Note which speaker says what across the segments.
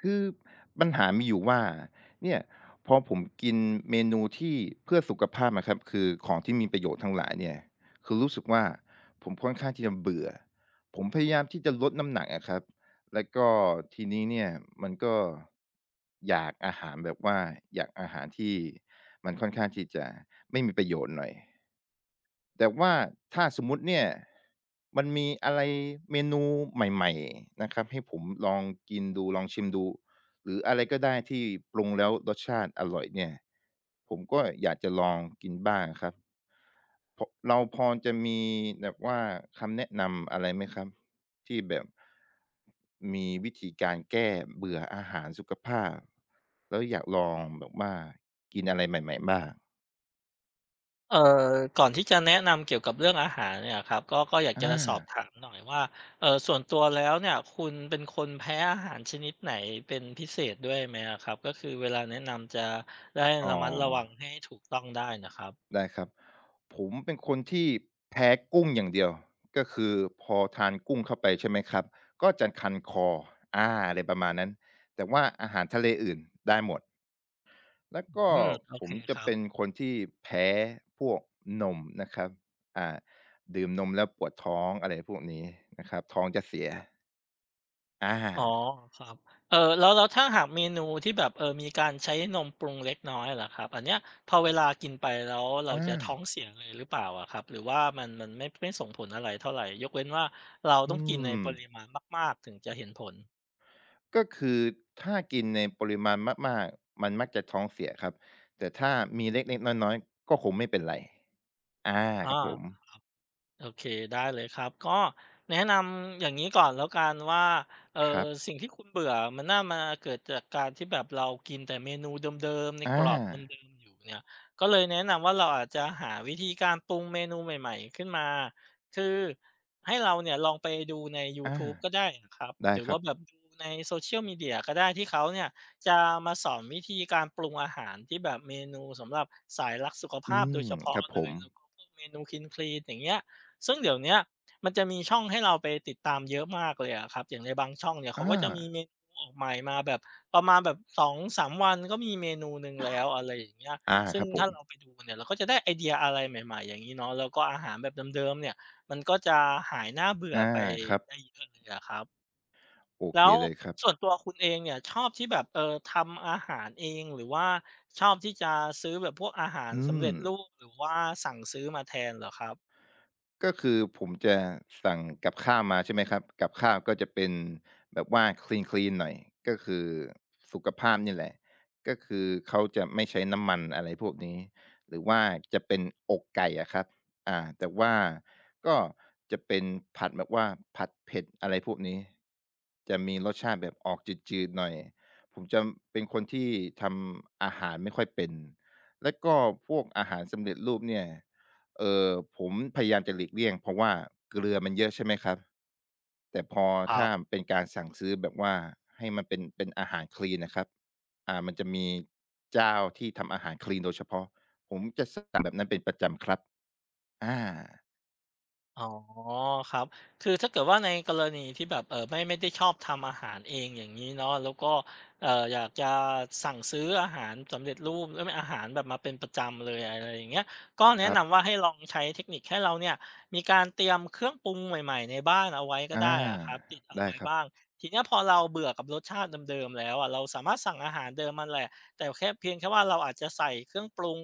Speaker 1: คือปัญหามีอยู่ว่าเนี่ยพอผมกินเมนูที่เพื่อสุขภาพนะครับคือของที่มีประโยชน์ทั้งหลายเนี่ยคือรู้สึกว่าผมค่อนข้างที่จะเบื่อผมพยายามที่จะลดน้ำหนักอะครับแล้วก็ทีนี้เนี่ยมันก็อยากอาหารแบบว่าอยากอาหารที่มันค่อนข้างที่จะไม่มีประโยชน์หน่อย แต่ว่าถ้าสมมุติเนี่ยมันมีอะไรเมนูใหม่ๆนะครับให้ผมลองกินดูลองชิมดูหรืออะไรก็ได้ที่ปรุงแล้วรสชาติอร่อยเนี่ยผมก็อยากจะลองกินบ้างครับพเราพอจะมีแบบว่าคำแนะนำอะไรไหมครับที่แบบมีวิธีการแก้เบื่ออาหารสุขภาพแล้วอยากลองแบบว่ากินอะไรใหม่ๆบ้าง
Speaker 2: เอ่อก่อนที่จะแนะนำเกี่ยวกับเรื่องอาหารเนี่ยครับก็อยาก
Speaker 1: อ
Speaker 2: จะสอบ
Speaker 1: า
Speaker 2: ถามหน่อยว่าส่วนตัวแล้วเนี่ยคุณเป็นคนแพ้อาหารชนิดไหนเป็นพิเศษด้วยไหมอะครับก็คือเวลาแนะนำจะได้
Speaker 1: อ๋อ
Speaker 2: ระมัดระวังให้ถูกต้องได้น่ะครับ
Speaker 1: ได้ครับผมเป็นคนที่แพ้กุ้งอย่างเดียวก็คือพอทานกุ้งเข้าไปใช่ไหมครับก็จะคันคออาอะไรประมาณนั้นแต่ว่าอาหารทะเลอื่นได้หมดแล้วก็
Speaker 2: อืมโอ
Speaker 1: ผ
Speaker 2: เค
Speaker 1: ม
Speaker 2: ค
Speaker 1: จะ
Speaker 2: รับ
Speaker 1: เป็นคนที่แพ้พวกนมนะครับอ่าดื่มนมแล้วปวดท้องอะไรพวกนี้นะครับท้องจะเสียอ
Speaker 2: อ๋อ
Speaker 1: า
Speaker 2: ครับเออแล้วถ้าหากเมนูที่แบบมีการใช้นมปรุงเล็กน้อยเหรอครับอันเนี้ยพอเวลากินไปแล้วเรา
Speaker 1: อา
Speaker 2: จะท้องเสียเลยหรือเปล่าอะครับหรือว่ามันไม่ส่งผลอะไรเท่าไหร่ยกเว้นว่าเราต้อ
Speaker 1: อื
Speaker 2: งกินใน
Speaker 1: ม
Speaker 2: ปริมาณมากๆถึงจะเห็นผล
Speaker 1: ก็คือถ้ากินในปริมาณมากๆ มันมักจะท้องเสียครับแต่ถ้ามีเล็กๆน้อยๆก็คงไม่เป็นไรอาครั
Speaker 2: อา
Speaker 1: บผม
Speaker 2: โอเคได้เลยครับก็แนะนำอย่างนี้ก่อนแล้วกันว่าเออ
Speaker 1: ครับ
Speaker 2: สิ่งที่คุณเบื่อมันน่ามาเกิดจากการที่แบบเรากินแต่เมนูเดิมๆในก
Speaker 1: อา
Speaker 2: รอบเดิมๆอยู่เนี่ยก็เลยแนะนำว่าเราอาจจะหาวิธีการปรุงเมนูใหม่ๆขึ้นมาคือให้เราเนี่ยลองไปดูในยู
Speaker 1: อา
Speaker 2: ทูบก็ได้นะครับ
Speaker 1: ได้
Speaker 2: หรือ
Speaker 1: ครั
Speaker 2: ว่า
Speaker 1: บ
Speaker 2: แบบดูใน Social Media ก็ได้ที่เขาเนี่ยจะมาสอนวิธีการปรุงอาหารที่แบบเมนูสำหรับสายรักสุข
Speaker 1: อื
Speaker 2: ภาพโด
Speaker 1: ม
Speaker 2: ยเฉ
Speaker 1: ค
Speaker 2: พาะ
Speaker 1: รับผ
Speaker 2: เลย
Speaker 1: ม
Speaker 2: แล้วก็พวกเมนูคนคลีนอย่างเงี้ย ซึ่งเดี๋ยวเนี้ยมันจะมีช่องให้เราไปติดตามเยอะมากเลยอะครับอย่างในบางช่องเนี่ยเขา
Speaker 1: อา
Speaker 2: ก็จะมีเมนูออกใหม่มาแบบประมาณแบบ2-3วันก็มีเมนูหนึ่งแล้วอะไรอย่างเงี้ย
Speaker 1: อา
Speaker 2: ซึ่
Speaker 1: ค
Speaker 2: ง
Speaker 1: รับผ
Speaker 2: ถ้า
Speaker 1: ม
Speaker 2: เราไปดูเนี่ยเราก็จะได้ไอเดียอะไรใหม่ๆอย่างนี้เนาะแล้วก็อาหารแบบเดิมๆเนี่ยมันก็จะหายหน่าเบื่อ
Speaker 1: อา
Speaker 2: ไป
Speaker 1: ครั
Speaker 2: ได้
Speaker 1: บ
Speaker 2: เยอะเลยอะครับ
Speaker 1: โอเค
Speaker 2: แล้ว
Speaker 1: เลยครับ
Speaker 2: ส่วนตัวคุณเองเนี่ยชอบที่แบบทำอาหารเองหรือว่าชอบที่จะซื้อแบบพวกอาหาร
Speaker 1: อื
Speaker 2: สำ
Speaker 1: ม
Speaker 2: เร็จรูปหรือว่าสั่งซื้อมาแทนเหรอครับ
Speaker 1: ก็คือผมจะสั่งกับข้าวมาใช่ไหมครับกับข้าวก็จะเป็นแบบว่าคลีนคลีนหน่อยก็คือสุขภาพนี่แหละก็คือเขาจะไม่ใช้น้ำมันอะไรพวกนี้หรือว่าจะเป็นอกไก่อะครับแต่ว่าก็จะเป็นผัดแบบว่าผัดเผ็ดอะไรพวกนี้จะมีรสชาติแบบออกจืดๆหน่อยผมจะเป็นคนที่ทำอาหารไม่ค่อยเป็นและก็พวกอาหารสำเร็จรูปเนี่ย เออผมพยายามจะหลีกเลี่ยงเพราะว่าเกลือมันเยอะใช่ไหมครับแต่พอ
Speaker 2: ครั
Speaker 1: ถ้า
Speaker 2: บ
Speaker 1: เป็นการสั่งซื้อแบบว่าให้มันเป็นอาหารคลีนนะครับมันจะมีเจ้าที่ทำอาหารคลีนโดยเฉพาะผมจะสั่งแบบนั้นเป็นประจำครับอา
Speaker 2: อ๋อครับคือถ้าเกิดว่าในกรณีที่แบบไม่ได้ชอบทำอาหารเองอย่างนี้เนาะแล้วก็เอออยากจะสั่งซื้ออาหารสำเร็จรูปแล้วไม่อาหารแบบมาเป็นประจำเลยอะไรอย่างเงี้ยก็
Speaker 1: ค
Speaker 2: แนะ
Speaker 1: รับ
Speaker 2: นำว่าให้ลองใช้เทคนิคให้เราเนี่ย มีการเตรียมเครื่องปรุงใหม่ๆในบ้านเอาไว้ก็
Speaker 1: อา
Speaker 2: ได้อะครับติดเอา
Speaker 1: ได้
Speaker 2: ไว้
Speaker 1: ครับ
Speaker 2: บ้าง ทีเนี้ยพอเราเบื่อกับรสชาติเดิมๆแล้วอะเราสามารถสั่งอาหารเดิมมนแหละแต่เพียงแค่ว่าเราอาจจะใส่เครื่องปรุง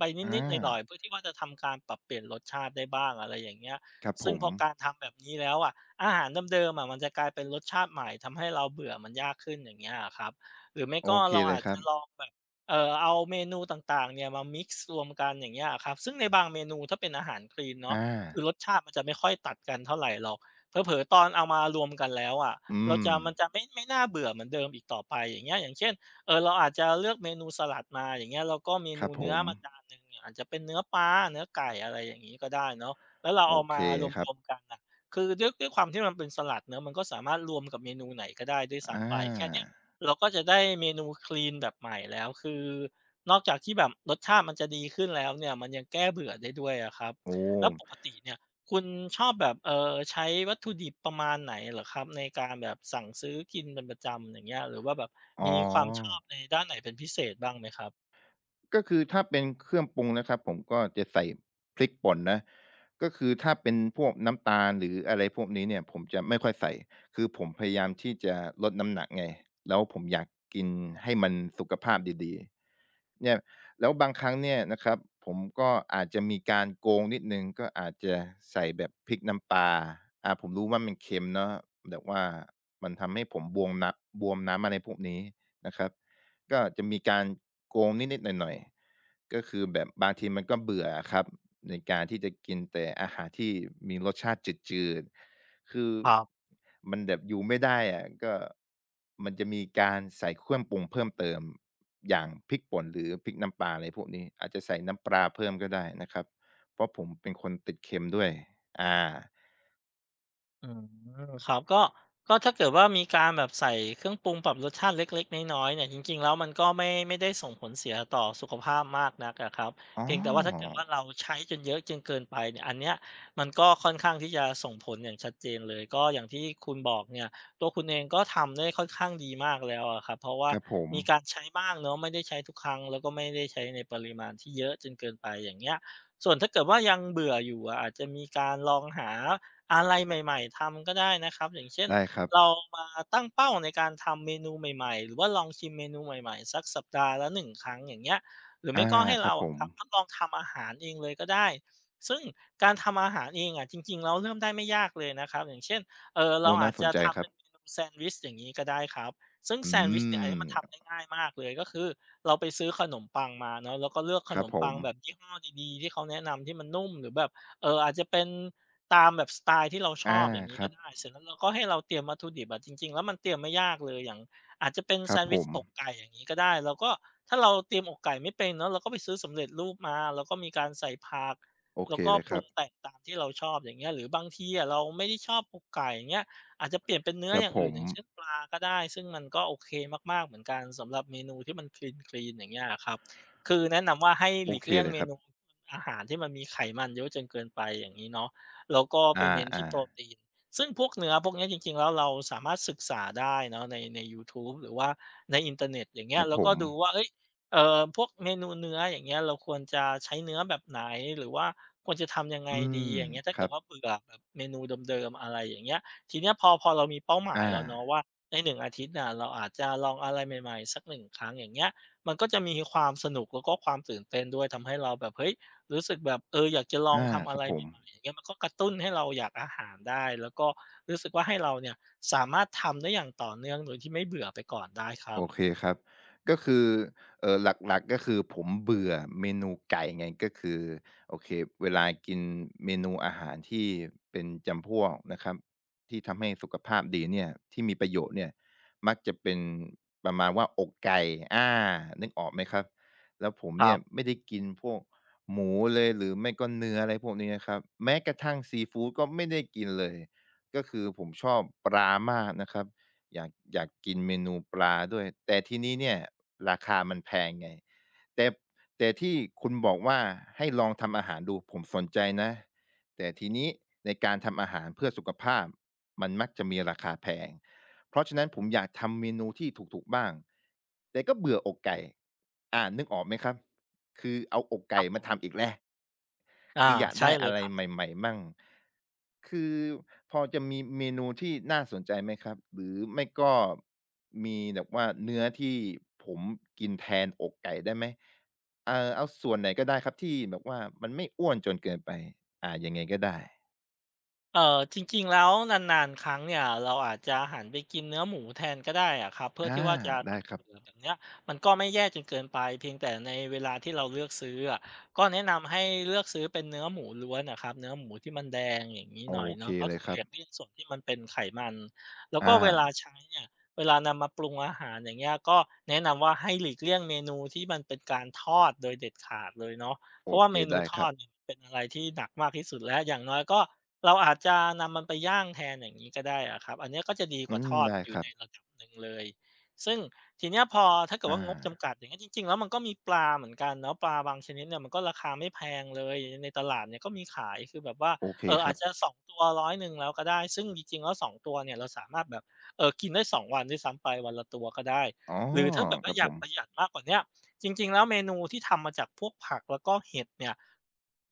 Speaker 2: ไป
Speaker 1: อ
Speaker 2: นิดๆหน่อยๆ
Speaker 1: า
Speaker 2: เพื่อที่ว่าจะทำการปรับเปลี่ยนรสชาติได้บ้างอะไรอย่างเงี้ย
Speaker 1: ครับผ
Speaker 2: ซึ่ง
Speaker 1: ม
Speaker 2: พอการทำแบบนี้แล้วอ่ะอาหารเดิมๆอะมันจะกลายเป็นรสชาติใหม่ทำให้เราเบื่อมันยากขึ้นอย่างเงี้ยครับหรือไม่
Speaker 1: โอ
Speaker 2: ก็
Speaker 1: เค
Speaker 2: เรา
Speaker 1: เล
Speaker 2: อา
Speaker 1: ย
Speaker 2: จ
Speaker 1: ครั
Speaker 2: จะ
Speaker 1: บ
Speaker 2: ลองแบบเอาเมนูต่างๆเนี่ยมา mix รวมกันอย่างเงี้ยครับซึ่งในบางเมนูถ้าเป็นอาหารคลีน
Speaker 1: อา
Speaker 2: เนาะคือรสชาติมันจะไม่ค่อยตัดกันเท่าไหรหรอกเผลอๆตอนเอามารวมกันแล้วอะ
Speaker 1: อื
Speaker 2: เรา
Speaker 1: ม
Speaker 2: จะมันจะไม่น่าเบื่อเหมือนเดิมอีกต่อไปอย่างเงี้ยอย่างเช่นเออเราอาจจะเลือกเมนูสลัดมาอย่างเงี้ยแล้วก็เม
Speaker 1: ค
Speaker 2: นู
Speaker 1: รับผ
Speaker 2: เนื้อ
Speaker 1: ม
Speaker 2: มาจานหนึ่งเนี่ยอาจจะเป็นเนื้อปลาเนื้อไก่อะไรอย่างงี้ก็ได้เนาะ แล้วเรา
Speaker 1: โอ
Speaker 2: เอา
Speaker 1: เค
Speaker 2: มาร
Speaker 1: ครับ
Speaker 2: วมๆกันน่ะคือด้วยความที่มันเป็นสลัดเนาะมันก็สามารถรวมกับเมนูไหนก็ได้ด้วย
Speaker 1: อ
Speaker 2: ซ้ำไปแค่เนี้ย
Speaker 1: า
Speaker 2: เราก็จะได้เมนูคลีนแบบใหม่แล้วคือนอกจากที่แบบรสชาติมันจะดีขึ้นแล้วเนี่ยมันยังแก้เบื่อได้ด้วยอะครับ
Speaker 1: โอ้
Speaker 2: แล้วปกติเนี่ยคุณชอบแบบใช้วัตถุดิบประมาณไหนเหรอครับในการแบบสั่งซื้อกินเป็นประจำอย่างเงี้ยหรือว่าแบบ
Speaker 1: อ๋อ
Speaker 2: มีความชอบในด้านไหนเป็นพิเศษบ้างไหมครับ
Speaker 1: ก็คือถ้าเป็นเครื่องปรุงนะครับผมก็จะใส่พริกป่นนะก็คือถ้าเป็นพวกน้ำตาลหรืออะไรพวกนี้เนี่ยผมจะไม่ค่อยใส่คือผมพยายามที่จะลดน้ำหนักไงแล้วผมอยากกินให้มันสุขภาพดีๆ เนี่ยแล้วบางครั้งเนี่ยนะครับผมก็อาจจะมีการโกงนิดหนึ่งก็อาจจะใส่แบบพริกน้ำปลาอาผมรู้ว่ามันเค็มเนาะแต่ว่ามันทำให้ผมบวมน้ำอะไรพวกนี้นะครับก็จะมีการโกงนิดๆหน่อยๆก็คือแบบบางทีมันก็เบื่ออะครับในการที่จะกินแต่อาหารที่มีรสชาติจืดๆ คือ
Speaker 2: ครับ
Speaker 1: มันแบบอยู่ไม่ได้อะก็มันจะมีการใส่เครื่องปรุงเพิ่มเติมอย่างพริกป่นหรือพริกน้ำปลาอะไรพวกนี้อาจจะใส่น้ำปลาเพิ่มก็ได้นะครับเพราะผมเป็นคนติดเค็มด้วยอา
Speaker 2: อืมครับก็ถ้าเกิดว่ามีการแบบใส่เครื่องปรุงปรับรสชาติเล็กๆน้อยๆเนี่ยจริงๆแล้วมันก็ไม่ได้ส่งผลเสียต่อสุขภาพมากนักอะครับ
Speaker 1: อ๋
Speaker 2: เพียงแต่ว่าถ้าเกิด
Speaker 1: อ
Speaker 2: ว่าเราใช้จนเยอะจนเกินไปเนี่ยอันเนี้ยมันก็ค่อนข้างที่จะส่งผลอย่างชัดเจนเลยก็อย่างที่คุณบอกเนี่ยตัวคุณเองก็ทำได้ค่อนข้างดีมากแล้วอะครับเพราะว่า
Speaker 1: ครับผม
Speaker 2: มีการใช้บ้างเนาะไม่ได้ใช้ทุกครั้งแล้วก็ไม่ได้ใช้ในปริมาณที่เยอะจนเกินไปอย่างเงี้ยส่วนถ้าเกิดว่ายังเบื่ออยู่อะอาจจะมีการลองหา อะไรใหม่ๆทำก็ได้นะครับอย่างเช่น
Speaker 1: ได้ครับ
Speaker 2: เรามาตั้งเป้าในการทำเมนูใหม่ๆหรือว่าลองชิมเมนูใหม่ๆสักสัปดาห์ละหนึ่งครั้งอย่างเงี้ยหรือไม่
Speaker 1: อา
Speaker 2: ก็ให้
Speaker 1: ครั
Speaker 2: เรา
Speaker 1: บผ
Speaker 2: อะ
Speaker 1: ม
Speaker 2: ครับทดลองทำอาหารเองเลยก็ได้ซึ่งการทำอาหารเองอะจริงๆแล้วเริ่มได้ไม่ยากเลยนะครับอย่างเช่น
Speaker 1: โอ้
Speaker 2: เราอา
Speaker 1: น่า
Speaker 2: จ
Speaker 1: ส
Speaker 2: จะ
Speaker 1: นใจค
Speaker 2: ทำ
Speaker 1: รั
Speaker 2: เป็
Speaker 1: บ
Speaker 2: นเมนูแซนด์วิชอย่างงี้ก็ได้ครับซึ่ง
Speaker 1: อื
Speaker 2: แซนด์วิชเนี่ยอันนี้มัน
Speaker 1: ม
Speaker 2: ทำได้ง่ายมากเลยก็คือเราไปซื้อขนมปังมาเนาะแล้วก็เลือกข
Speaker 1: ค
Speaker 2: น
Speaker 1: รับ
Speaker 2: ม
Speaker 1: ผ
Speaker 2: ปั
Speaker 1: ม
Speaker 2: งแบบยี่ห้อดีๆที่เขาแนะนำที่มันนุ่มหรือแบบอาจจะเป็น ตามแบบสไตล์ที่เราช
Speaker 1: อา
Speaker 2: อบอย่างงี้
Speaker 1: ครั
Speaker 2: ก็
Speaker 1: บ
Speaker 2: ได้เสร็จแล้วเราก็ให้เราเตรียมวัตถุดิบอะจริงๆแล้วมันเตรียมไม่ยากเลยอย่างอาจจะเป็น
Speaker 1: ค
Speaker 2: แซ
Speaker 1: รับ
Speaker 2: นด์
Speaker 1: ผ
Speaker 2: วิช
Speaker 1: ม
Speaker 2: อกไก่อย่างงี้ก็ได้เราก็ถ้าเราเตรียมอกไก่ไม่เป็นเนาะเราก็ไปซื้อสำเร็จรูปมาแล้วก็มีการใส่ผัก
Speaker 1: โอ
Speaker 2: แล้
Speaker 1: เค
Speaker 2: วก็
Speaker 1: เลย
Speaker 2: ป
Speaker 1: ค
Speaker 2: รุ
Speaker 1: รั
Speaker 2: ง
Speaker 1: บ
Speaker 2: แต่งตามที่เราชอบอย่างเงี้ยหรือบางทีอะเราไม่ได้ชอบอกไก่อย่างเงี้ยอาจจะเปลี่ยนเป็นเนื้
Speaker 1: ค
Speaker 2: อ
Speaker 1: รั
Speaker 2: อ
Speaker 1: บ
Speaker 2: ย่าง
Speaker 1: ผ
Speaker 2: อื่น
Speaker 1: ม
Speaker 2: อย่างเช่นปลาก็ได้ซึ่งมันก็โอเคมากๆเหมือนกันสำหรับเมนูที่มัน clean ๆอย่างเงี้ยอะครับคือแนะนำว่าให้
Speaker 1: โอ
Speaker 2: หลีก
Speaker 1: เค
Speaker 2: เลี่ยง
Speaker 1: เลย
Speaker 2: เม
Speaker 1: ครับ
Speaker 2: นูอาหารที่มันมีไขมันเยอะจนเกินไปอย่างงี้เนาะ แล้วก็
Speaker 1: อ
Speaker 2: ไปเน้นที่โปร
Speaker 1: า
Speaker 2: ตีน ซึ่งพวกเนื้อพวกเนี้ยจริงๆแล้วเราสามารถศึกษาได้เนาะในยูทูบหรือว่าในอินเทอร์เน็ตอย่าง
Speaker 1: ๆ
Speaker 2: เงี้
Speaker 1: ค
Speaker 2: ย
Speaker 1: รับ
Speaker 2: แล้ว
Speaker 1: ผ
Speaker 2: ก็
Speaker 1: ม
Speaker 2: ดูว่าเฮ้ยพวกเมนูเนื้ออย่างเงี้ยเราควรจะใช้เนื้อแบบไหนหรือว่าควรจะทำยังไง
Speaker 1: อื
Speaker 2: ดี
Speaker 1: ม
Speaker 2: อย่างเงี้ยถ้า
Speaker 1: ค
Speaker 2: เกิ
Speaker 1: รั
Speaker 2: ด
Speaker 1: บ
Speaker 2: ว่าเบื่อแบบเมนูเดิมๆอะไรอย่างเงี้ยทีเนี้ยพอเรามีเป้าหมาย
Speaker 1: อา
Speaker 2: แล้วเนาะว่าใน1อาทิตย์น่ะเราอาจจะลองอะไรใหม่ๆสัก1ครั้งอย่างเงี้ยมันก็จะมีความสนุกแล้วก็ความตื่นเต้นด้วยทำให้เราแบบเฮ้ยรู้สึกแบบเอออยากจะลอง
Speaker 1: อา
Speaker 2: ทำ
Speaker 1: ค
Speaker 2: อะ
Speaker 1: รั
Speaker 2: ไร
Speaker 1: บผม
Speaker 2: ใหม่ อย่างเงี้ยมันก็กระตุ้นให้เราอยากอาหารได้แล้วก็รู้สึกว่าให้เราเนี่ยสามารถทำได้อย่างต่อเนื่องโดยที่ไม่เบื่อไปก่อนได้ครั
Speaker 1: โอ
Speaker 2: บ
Speaker 1: เคครับก็คือหลักๆก็คือผมเบื่อเมนูไก่ไงก็คือโอเคเวลากินเมนูอาหารที่เป็นจำพวกนะครับที่ทำให้สุขภาพดีเนี่ยที่มีประโยชน์เนี่ยมักจะเป็นประมาณว่าอกไก่อานึกออกไหมครับแล้วผม
Speaker 2: ครั
Speaker 1: เนี่ย
Speaker 2: บ
Speaker 1: ไม่ได้กินพวกหมูเลยหรือไม่ก็เนื้ออะไรพวกนี้นะครับแม้กระทั่งซีฟูดก็ไม่ได้กินเลยก็คือผมชอบปลามากนะครับ อยากกินเมนูปลาด้วยแต่ทีนี้เนี่ยราคามันแพงไงแต่ที่คุณบอกว่าให้ลองทำอาหารดูผมสนใจนะแต่ทีนี้ในการทำอาหารเพื่อสุขภาพมันมักจะมีราคาแพงเพราะฉะนั้นผมอยากทำเมนูที่ถูกๆบ้างแต่ก็เบื่ออกไก่นึกออกไหมครับ คือเอาอก
Speaker 2: ค
Speaker 1: ไก่
Speaker 2: รับผ
Speaker 1: มา
Speaker 2: ม
Speaker 1: ทำอีกแล้ว
Speaker 2: อา
Speaker 1: คืออยาก
Speaker 2: ใช่
Speaker 1: ได้
Speaker 2: เล
Speaker 1: อะ
Speaker 2: ย
Speaker 1: ไร
Speaker 2: ครั
Speaker 1: ใ
Speaker 2: บ
Speaker 1: หม่ๆมั่งคือพอจะมีเมนูที่น่าสนใจไหมครับ หรือไม่ก็มีแบบว่าเนื้อที่ผมกินแทนอกไก่ได้ไหมเอาส่วนไหนก็ได้ครับที่แบบว่ามันไม่อ้วนจนเกินไปยังไงก็ได้
Speaker 2: เอ่อจริงๆแล้วนานๆครั้งเนี่ยเราอาจจะหันไปกินเนื้อหมูแทนก็ได้อะครับเพื่อ
Speaker 1: อา
Speaker 2: ที่ว่าจะตั
Speaker 1: ได้
Speaker 2: ด
Speaker 1: ครับ
Speaker 2: เบื่อแบบเนี้ยมันก็ไม่แย่จนเกินไปเพียงแต่ในเวลาที่เราเลือกซื้ออะก็แนะนำให้เลือกซื้อเป็นเนื้อหมูล้วนอะครับเนื้อหมูที่มันแดงอย่างงี้
Speaker 1: โอ
Speaker 2: หน่อย
Speaker 1: เค
Speaker 2: เนาะก็
Speaker 1: เลย
Speaker 2: คือ
Speaker 1: ค
Speaker 2: ห
Speaker 1: รั
Speaker 2: ลี
Speaker 1: บ
Speaker 2: กเลี่ยงส่วนที่มันเป็นไขมันแล้วก็
Speaker 1: อา
Speaker 2: เวลาใช้เนี่ยเวลานำมาปรุงอาหารอย่างเงี้ยก็แนะนำว่าให้หลีกเลี่ยงเมนูที่มันเป็นการทอดโดยเด็ดขาดเลยเนาะเพ
Speaker 1: โอ
Speaker 2: ราะว่า
Speaker 1: เค
Speaker 2: เมนู
Speaker 1: ได้
Speaker 2: ท
Speaker 1: ค
Speaker 2: อ
Speaker 1: รับ
Speaker 2: ดเนี่ยเป็นอะไรที่หนักมากที่สุดแล้วอย่างน้อยก็ เราอาจจะนำมันไปย่างแทนอย่างนี้ก็ได้อะครับอันเนี้ยก็จะดีก
Speaker 1: อื
Speaker 2: ว่าท
Speaker 1: ม
Speaker 2: อด
Speaker 1: ได้
Speaker 2: อ
Speaker 1: ค
Speaker 2: ยู่
Speaker 1: รั
Speaker 2: ใน
Speaker 1: บ
Speaker 2: ระดับหนึ่งเลย ซึ่งทีเนี้ยพอถ้าเกิด
Speaker 1: อา
Speaker 2: ว่างบจำกัดอย่างเงี้ยจริงๆแล้วมันก็มีปลาเหมือนกันเนาะปลาบางชนิดเนี่ยมันก็ราคาไม่แพงเลยในตลาดเนี่ยก็มีขายคือแบบว่า
Speaker 1: โอเค
Speaker 2: เออ
Speaker 1: ค
Speaker 2: อา
Speaker 1: รั
Speaker 2: จ
Speaker 1: บ
Speaker 2: จะ2ตัว100แล้วก็ได้ซึ่งจริงๆแล้ว2ตัวเนี่ยเราสามารถแบบเออกินได้2วันด้วยซ้ำไปวันละตัวก็ได้
Speaker 1: อ๋อ
Speaker 2: หรือถ้าแบบ
Speaker 1: ค
Speaker 2: ว่า
Speaker 1: รับ
Speaker 2: อ
Speaker 1: ผ
Speaker 2: ยาก
Speaker 1: ม
Speaker 2: ประหยัดมากกว่าเนี้ย จริงๆแล้วเมนูที่ทำมาจากพวกผักแล้วก็เห็ดเนี่ย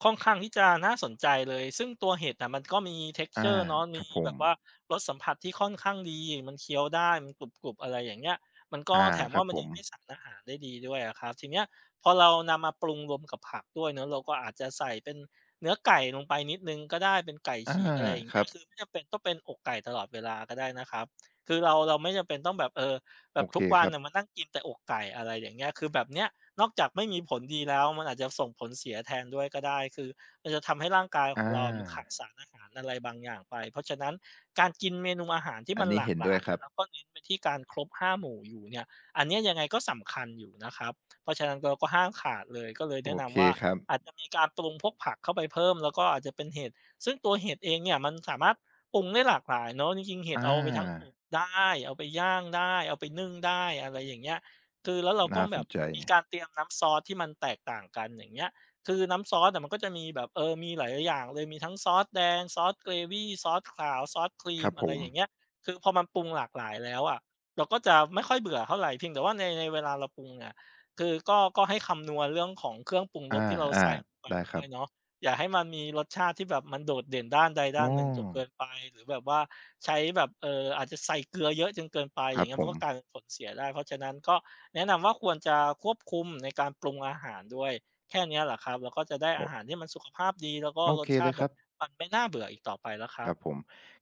Speaker 2: ค่อนข้างที่จะน่าสนใจเลยซึ่งตัวเห็ดอะมันก็มี
Speaker 1: อา
Speaker 2: texture เนาะ
Speaker 1: ค
Speaker 2: มี
Speaker 1: รับผ
Speaker 2: แบ
Speaker 1: ม
Speaker 2: บว่ารสสัมผัสที่ค่อนข้างดีมันเคี้ยวได้มันกรุบๆอะไรอย่างเงี้ยมันก็
Speaker 1: อา
Speaker 2: แถม
Speaker 1: ครั
Speaker 2: ว่า
Speaker 1: บ
Speaker 2: มั
Speaker 1: ผ
Speaker 2: นยั
Speaker 1: ม
Speaker 2: งให้สารอาหารได้ดีด้วยอะครับทีเนี้ยพอเรานำมาปรุงรวมกับผักด้วยเนาะเราก็อาจจะใส่เป็นเนื้อไก่ลงไปนิดหนึ่งก็ได้เป็นไก่
Speaker 1: อา
Speaker 2: ฉีกอะไรอย่าง
Speaker 1: ค
Speaker 2: เงี้
Speaker 1: รั
Speaker 2: ย
Speaker 1: บ
Speaker 2: คือไม่จำเป็นต้องเป็นอกไก่ตลอดเวลาก็ได้นะครับคือเราไม่จำเป็นต้องแบบแบ
Speaker 1: โอ
Speaker 2: บ
Speaker 1: เค
Speaker 2: ทุกวั
Speaker 1: ค
Speaker 2: น
Speaker 1: รับ
Speaker 2: น่ะมานั่งกินแต่อกไก่อะไรอย่างเงี้ยคือแบบเนี้ยนอกจากไม่มีผลดีแล้วมันอาจจะส่งผลเสียแทนด้วยก็ได้คือมันจะทำให้ร่างกายของ
Speaker 1: อา
Speaker 2: เราอะมันขาดสารอาหารอะไรบางอย่างไปเพราะฉะนั้นการกินเมนูอาหารที่
Speaker 1: อัน
Speaker 2: มัน
Speaker 1: นี้
Speaker 2: หลาก
Speaker 1: เห็น
Speaker 2: ห
Speaker 1: ด้
Speaker 2: ลา
Speaker 1: วย
Speaker 2: ย
Speaker 1: ครั
Speaker 2: อะ
Speaker 1: บ
Speaker 2: แล้วก็เน้นไปที่การครบห้าหมู่อยู่เนี่ยอันเนี้ยยังไงก็สำคัญอยู่นะครับเพราะฉะนั้นเราก็ห้ามขาดเลยก็เลย
Speaker 1: โอ
Speaker 2: แนะ
Speaker 1: เค
Speaker 2: นำว่า
Speaker 1: ครับ
Speaker 2: อาจจะมีการปรุงพวกผักเข้าไปเพิ่มแล้วก็อาจจะเป็นเห็ดซึ่งตัวเห็ดเองเนี่ยมันสามารถ ปรุงได้หลากหลายเนาะจริงๆเห็
Speaker 1: อ
Speaker 2: ดเอาไปทั้งอ
Speaker 1: า
Speaker 2: บได้เอาไปย่างได้เอาไปนึ่งได้อะไรอย่างเงี้ยคือแล้วเราก็
Speaker 1: น่าส
Speaker 2: แบ
Speaker 1: น
Speaker 2: บ
Speaker 1: ใจ
Speaker 2: มีการเตรียมน้ำซอสที่มันแตกต่างกันอย่างเงี้ยคือน้ำซอสอะมันก็จะมีแบบมีหลายๆอย่างเลยมีทั้งซอสแดงซอสเกรวีซอสขาวซอสครี
Speaker 1: ค
Speaker 2: ม
Speaker 1: รับ
Speaker 2: อะ
Speaker 1: ผ
Speaker 2: ไร
Speaker 1: ม
Speaker 2: อย่างเงี้ยคือพอมันปรุงหลากหลายแล้วอะเราก็จะไม่ค่อยเบื่อเท่าไรเพียงแต่ว่าในเวลาเราปรุงอะคือก็ให้คำนวณเรื่องของเครื่องปรุง
Speaker 1: อ
Speaker 2: รสที่เรา
Speaker 1: า
Speaker 2: ใส่ลงไป
Speaker 1: ๆได้ค
Speaker 2: ด้
Speaker 1: รั
Speaker 2: ว
Speaker 1: บ
Speaker 2: ยเนาะ อย่าให้มันมีรสชาติที่แบบมันโดดเด่นด้านใดด้าน
Speaker 1: อ้อ
Speaker 2: หนึ่งจนเกินไปหรือแบบว่าใช้แบบอาจจะใส่เกลือเยอะจนเกินไป
Speaker 1: ค
Speaker 2: อ
Speaker 1: รั
Speaker 2: ย่าง
Speaker 1: บ
Speaker 2: เงี้ย
Speaker 1: ผ
Speaker 2: มัน
Speaker 1: ม
Speaker 2: ก็กลายเป็นผลเสียได้เพราะฉะนั้นก็แนะนำว่าควรจะควบคุมในการปรุงอาหารด้วยแค่เนี้ยแหละครับเราก็จะได้อา
Speaker 1: โอ
Speaker 2: หารที่มันสุขภาพดีแล้วก็
Speaker 1: โอ
Speaker 2: รส
Speaker 1: เค
Speaker 2: ชา
Speaker 1: เล
Speaker 2: ติ
Speaker 1: ยค
Speaker 2: แบบ
Speaker 1: รับ
Speaker 2: มันไม่น่าเบื่ออีกต่อไปแล้วครั
Speaker 1: ครับ
Speaker 2: บ
Speaker 1: ผม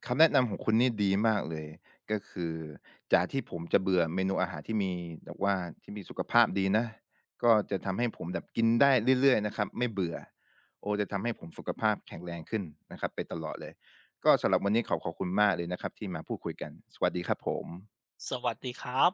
Speaker 1: คำแนะนำของคุณนี่ดีมากเลยก็คือจากที่ผมจะเบื่อเมนูอาหารที่มีแบบว่าที่มีสุขภาพดีนะก็จะทำให้ผมแบบกินได้เรื่อยๆนะครับไม่เบื่อโอ้จะทำให้ผมสุขภาพแข็งแรงขึ้นนะครับไปตลอดเลยก็สำหรับวันนี้ขอบคุณมากเลยนะครับที่มาพูดคุยกันสวัสดีครับผม
Speaker 2: สวัสดีครับ